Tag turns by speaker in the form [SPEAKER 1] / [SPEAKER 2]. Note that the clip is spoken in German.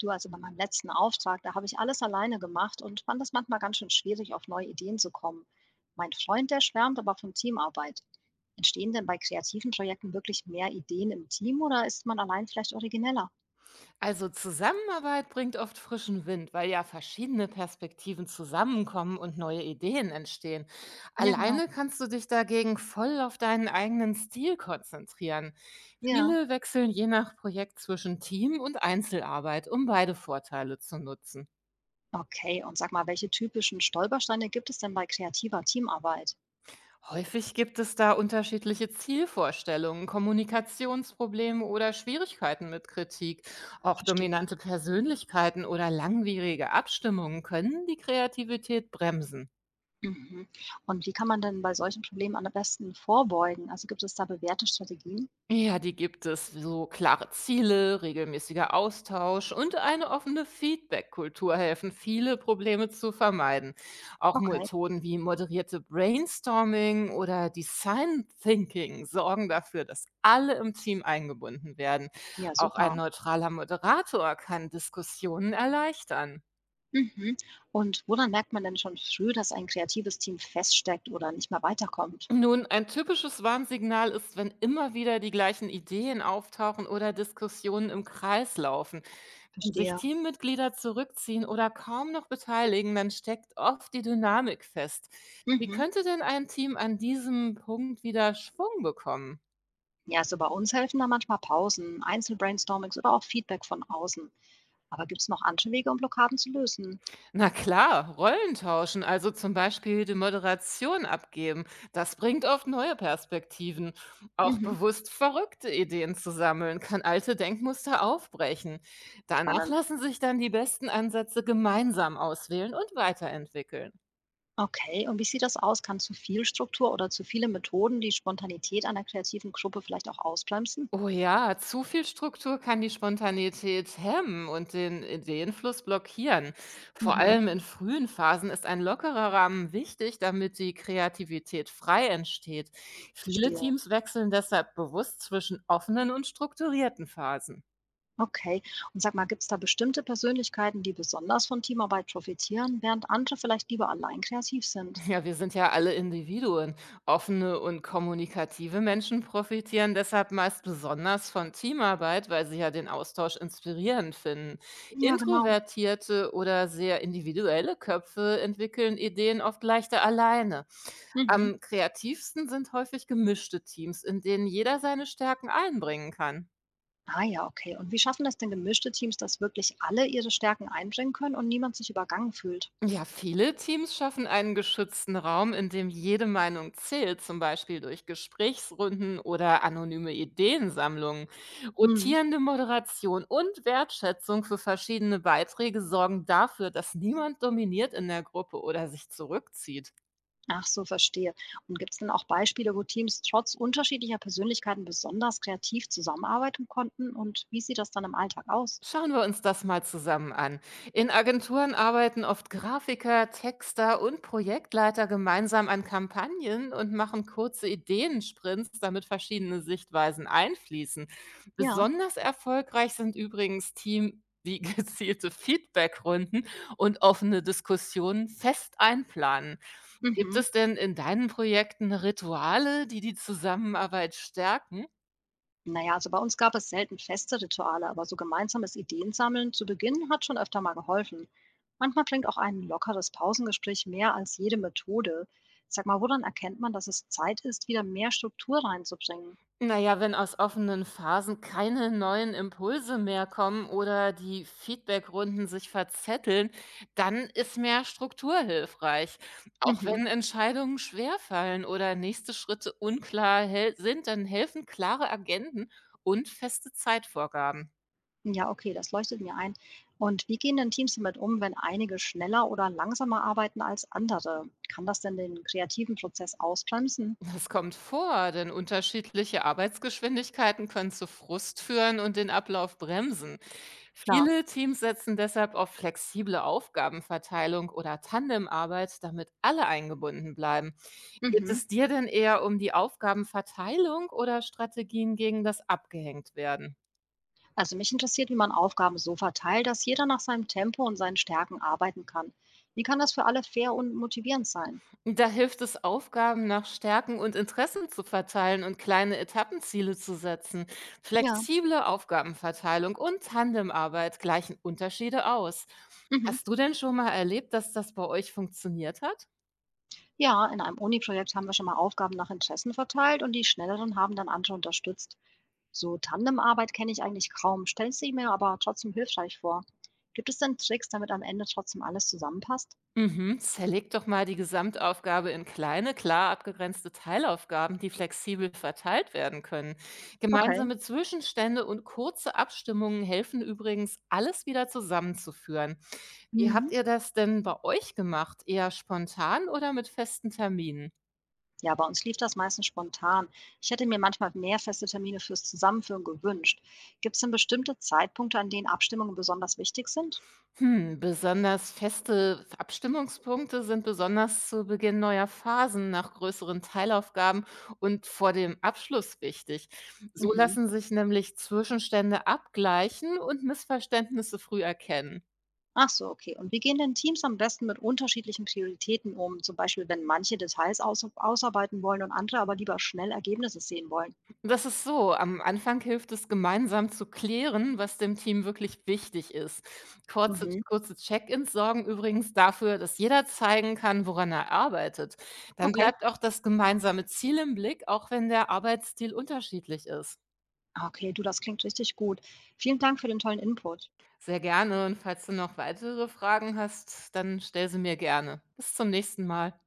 [SPEAKER 1] Du, also bei meinem letzten Auftrag, da habe ich alles alleine gemacht und fand es manchmal ganz schön schwierig, auf neue Ideen zu kommen. Mein Freund, der schwärmt aber von Teamarbeit. Entstehen denn bei kreativen Projekten wirklich mehr Ideen im Team oder ist man allein vielleicht origineller?
[SPEAKER 2] Also Zusammenarbeit bringt oft frischen Wind, weil ja verschiedene Perspektiven zusammenkommen und neue Ideen entstehen.
[SPEAKER 1] Ja, genau.
[SPEAKER 2] Alleine kannst du dich dagegen voll auf deinen eigenen Stil konzentrieren.
[SPEAKER 1] Ja.
[SPEAKER 2] Viele wechseln je nach Projekt zwischen Team und Einzelarbeit, um beide Vorteile zu nutzen.
[SPEAKER 1] Okay, und sag mal, welche typischen Stolpersteine gibt es denn bei kreativer Teamarbeit?
[SPEAKER 2] Häufig gibt es da unterschiedliche Zielvorstellungen, Kommunikationsprobleme oder Schwierigkeiten mit Kritik. Auch
[SPEAKER 1] Verstehe.
[SPEAKER 2] dominante Persönlichkeiten oder langwierige Abstimmungen können die Kreativität bremsen.
[SPEAKER 1] Mhm. Und wie kann man denn bei solchen Problemen am besten vorbeugen? Also gibt es da bewährte Strategien?
[SPEAKER 2] Ja, die gibt es. So klare Ziele, regelmäßiger Austausch und eine offene Feedback-Kultur helfen, viele Probleme zu vermeiden. Auch
[SPEAKER 1] Okay.
[SPEAKER 2] Methoden wie moderierte Brainstorming oder Design Thinking sorgen dafür, dass alle im Team eingebunden werden.
[SPEAKER 1] Ja,
[SPEAKER 2] Auch ein
[SPEAKER 1] super.
[SPEAKER 2] neutraler Moderator kann Diskussionen erleichtern.
[SPEAKER 1] Mhm. Und woran merkt man denn schon früh, dass ein kreatives Team feststeckt oder nicht mehr weiterkommt?
[SPEAKER 2] Nun, ein typisches Warnsignal ist, wenn immer wieder die gleichen Ideen auftauchen oder Diskussionen im Kreis laufen. Wenn sich
[SPEAKER 1] Verstehe.
[SPEAKER 2] Teammitglieder zurückziehen oder kaum noch beteiligen, dann steckt oft die Dynamik fest. Wie
[SPEAKER 1] Mhm.
[SPEAKER 2] könnte denn ein Team an diesem Punkt wieder Schwung bekommen?
[SPEAKER 1] Ja, also bei uns helfen da manchmal Pausen, Einzelbrainstormings oder auch Feedback von außen. Aber gibt es noch andere Wege, um Blockaden zu lösen?
[SPEAKER 2] Na klar, Rollen tauschen, also zum Beispiel die Moderation abgeben, das bringt oft neue Perspektiven. Auch
[SPEAKER 1] Mhm.
[SPEAKER 2] bewusst verrückte Ideen zu sammeln, kann alte Denkmuster aufbrechen. Danach
[SPEAKER 1] Spannend.
[SPEAKER 2] lassen sich dann die besten Ansätze gemeinsam auswählen und weiterentwickeln.
[SPEAKER 1] Okay, und wie sieht das aus? Kann zu viel Struktur oder zu viele Methoden die Spontanität einer kreativen Gruppe vielleicht auch ausbremsen?
[SPEAKER 2] Oh ja, zu viel Struktur kann die Spontanität hemmen und den Ideenfluss blockieren. Vor
[SPEAKER 1] Mhm.
[SPEAKER 2] allem in frühen Phasen ist ein lockerer Rahmen wichtig, damit die Kreativität frei entsteht. Viele
[SPEAKER 1] Verstehe.
[SPEAKER 2] Teams wechseln deshalb bewusst zwischen offenen und strukturierten Phasen.
[SPEAKER 1] Okay. Und sag mal, gibt es da bestimmte Persönlichkeiten, die besonders von Teamarbeit profitieren, während andere vielleicht lieber allein kreativ sind?
[SPEAKER 2] Ja, wir sind ja alle Individuen. Offene und kommunikative Menschen profitieren deshalb meist besonders von Teamarbeit, weil sie ja den Austausch inspirierend finden.
[SPEAKER 1] Ja, genau.
[SPEAKER 2] Introvertierte oder sehr individuelle Köpfe entwickeln Ideen oft leichter alleine.
[SPEAKER 1] Mhm.
[SPEAKER 2] Am kreativsten sind häufig gemischte Teams, in denen jeder seine Stärken einbringen kann.
[SPEAKER 1] Ah ja, okay. Und wie schaffen das denn gemischte Teams, dass wirklich alle ihre Stärken einbringen können und niemand sich übergangen fühlt?
[SPEAKER 2] Ja, viele Teams schaffen einen geschützten Raum, in dem jede Meinung zählt, zum Beispiel durch Gesprächsrunden oder anonyme Ideensammlungen.
[SPEAKER 1] Hm.
[SPEAKER 2] Rotierende Moderation und Wertschätzung für verschiedene Beiträge sorgen dafür, dass niemand dominiert in der Gruppe oder sich zurückzieht.
[SPEAKER 1] Ach so, verstehe. Und gibt es denn auch Beispiele, wo Teams trotz unterschiedlicher Persönlichkeiten besonders kreativ zusammenarbeiten konnten? Und wie sieht das dann im Alltag aus?
[SPEAKER 2] Schauen wir uns das mal zusammen an. In Agenturen arbeiten oft Grafiker, Texter und Projektleiter gemeinsam an Kampagnen und machen kurze Ideensprints, damit verschiedene Sichtweisen einfließen.
[SPEAKER 1] Ja.
[SPEAKER 2] Besonders erfolgreich sind übrigens Team, die gezielte Feedbackrunden und offene Diskussionen fest einplanen. Gibt
[SPEAKER 1] Mhm.
[SPEAKER 2] es denn in deinen Projekten Rituale, die die Zusammenarbeit stärken?
[SPEAKER 1] Naja, also bei uns gab es selten feste Rituale, aber so gemeinsames Ideensammeln zu Beginn hat schon öfter mal geholfen. Manchmal bringt auch ein lockeres Pausengespräch mehr als jede Methode. Sag mal, woran erkennt man, dass es Zeit ist, wieder mehr Struktur reinzubringen?
[SPEAKER 2] Na ja, wenn aus offenen Phasen keine neuen Impulse mehr kommen oder die Feedbackrunden sich verzetteln, dann ist mehr Struktur hilfreich. Auch
[SPEAKER 1] Mhm.
[SPEAKER 2] wenn Entscheidungen schwerfallen oder nächste Schritte sind, dann helfen klare Agenden und feste Zeitvorgaben.
[SPEAKER 1] Ja, okay, das leuchtet mir ein. Und wie gehen denn Teams damit um, wenn einige schneller oder langsamer arbeiten als andere? Kann das denn den kreativen Prozess ausbremsen?
[SPEAKER 2] Das kommt vor, denn unterschiedliche Arbeitsgeschwindigkeiten können zu Frust führen und den Ablauf bremsen.
[SPEAKER 1] Klar.
[SPEAKER 2] Viele Teams setzen deshalb auf flexible Aufgabenverteilung oder Tandemarbeit, damit alle eingebunden bleiben. Geht
[SPEAKER 1] Mhm.
[SPEAKER 2] es dir denn eher um die Aufgabenverteilung oder Strategien gegen das Abgehängt werden?
[SPEAKER 1] Also mich interessiert, wie man Aufgaben so verteilt, dass jeder nach seinem Tempo und seinen Stärken arbeiten kann. Wie kann das für alle fair und motivierend sein?
[SPEAKER 2] Da hilft es, Aufgaben nach Stärken und Interessen zu verteilen und kleine Etappenziele zu setzen.
[SPEAKER 1] Ja.
[SPEAKER 2] Flexible Aufgabenverteilung und Tandemarbeit gleichen Unterschiede aus.
[SPEAKER 1] Mhm.
[SPEAKER 2] Hast du denn schon mal erlebt, dass das bei euch funktioniert hat?
[SPEAKER 1] Ja, in einem Uni-Projekt haben wir schon mal Aufgaben nach Interessen verteilt und die Schnelleren haben dann andere unterstützt. So Tandemarbeit kenne ich eigentlich kaum, stelle sie mir aber trotzdem hilfreich vor. Gibt es denn Tricks, damit am Ende trotzdem alles zusammenpasst?
[SPEAKER 2] Mhm, Zerleg doch mal die Gesamtaufgabe in kleine, klar abgegrenzte Teilaufgaben, die flexibel verteilt werden können.
[SPEAKER 1] Okay.
[SPEAKER 2] Gemeinsame Zwischenstände und kurze Abstimmungen helfen übrigens, alles wieder zusammenzuführen. Wie habt
[SPEAKER 1] Mhm.
[SPEAKER 2] ihr das denn bei euch gemacht? Eher spontan oder mit festen Terminen?
[SPEAKER 1] Ja, bei uns lief das meistens spontan. Ich hätte mir manchmal mehr feste Termine fürs Zusammenführen gewünscht. Gibt es denn bestimmte Zeitpunkte, an denen Abstimmungen besonders wichtig sind?
[SPEAKER 2] Besonders feste Abstimmungspunkte sind besonders zu Beginn neuer Phasen nach größeren Teilaufgaben und vor dem Abschluss wichtig. So
[SPEAKER 1] Mhm.
[SPEAKER 2] lassen sich nämlich Zwischenstände abgleichen und Missverständnisse früh erkennen.
[SPEAKER 1] Ach so, okay. Und wie gehen denn Teams am besten mit unterschiedlichen Prioritäten um? Zum Beispiel, wenn manche Details ausarbeiten wollen und andere aber lieber schnell Ergebnisse sehen wollen.
[SPEAKER 2] Das ist so, am Anfang hilft es, gemeinsam zu klären, was dem Team wirklich wichtig ist. Kurze,
[SPEAKER 1] Mhm.
[SPEAKER 2] kurze Check-ins sorgen übrigens dafür, dass jeder zeigen kann, woran er arbeitet. Dann
[SPEAKER 1] Okay.
[SPEAKER 2] bleibt auch das gemeinsame Ziel im Blick, auch wenn der Arbeitsstil unterschiedlich ist.
[SPEAKER 1] Okay, du, das klingt richtig gut. Vielen Dank für den tollen Input.
[SPEAKER 2] Sehr gerne und falls du noch weitere Fragen hast, dann stell sie mir gerne. Bis zum nächsten Mal.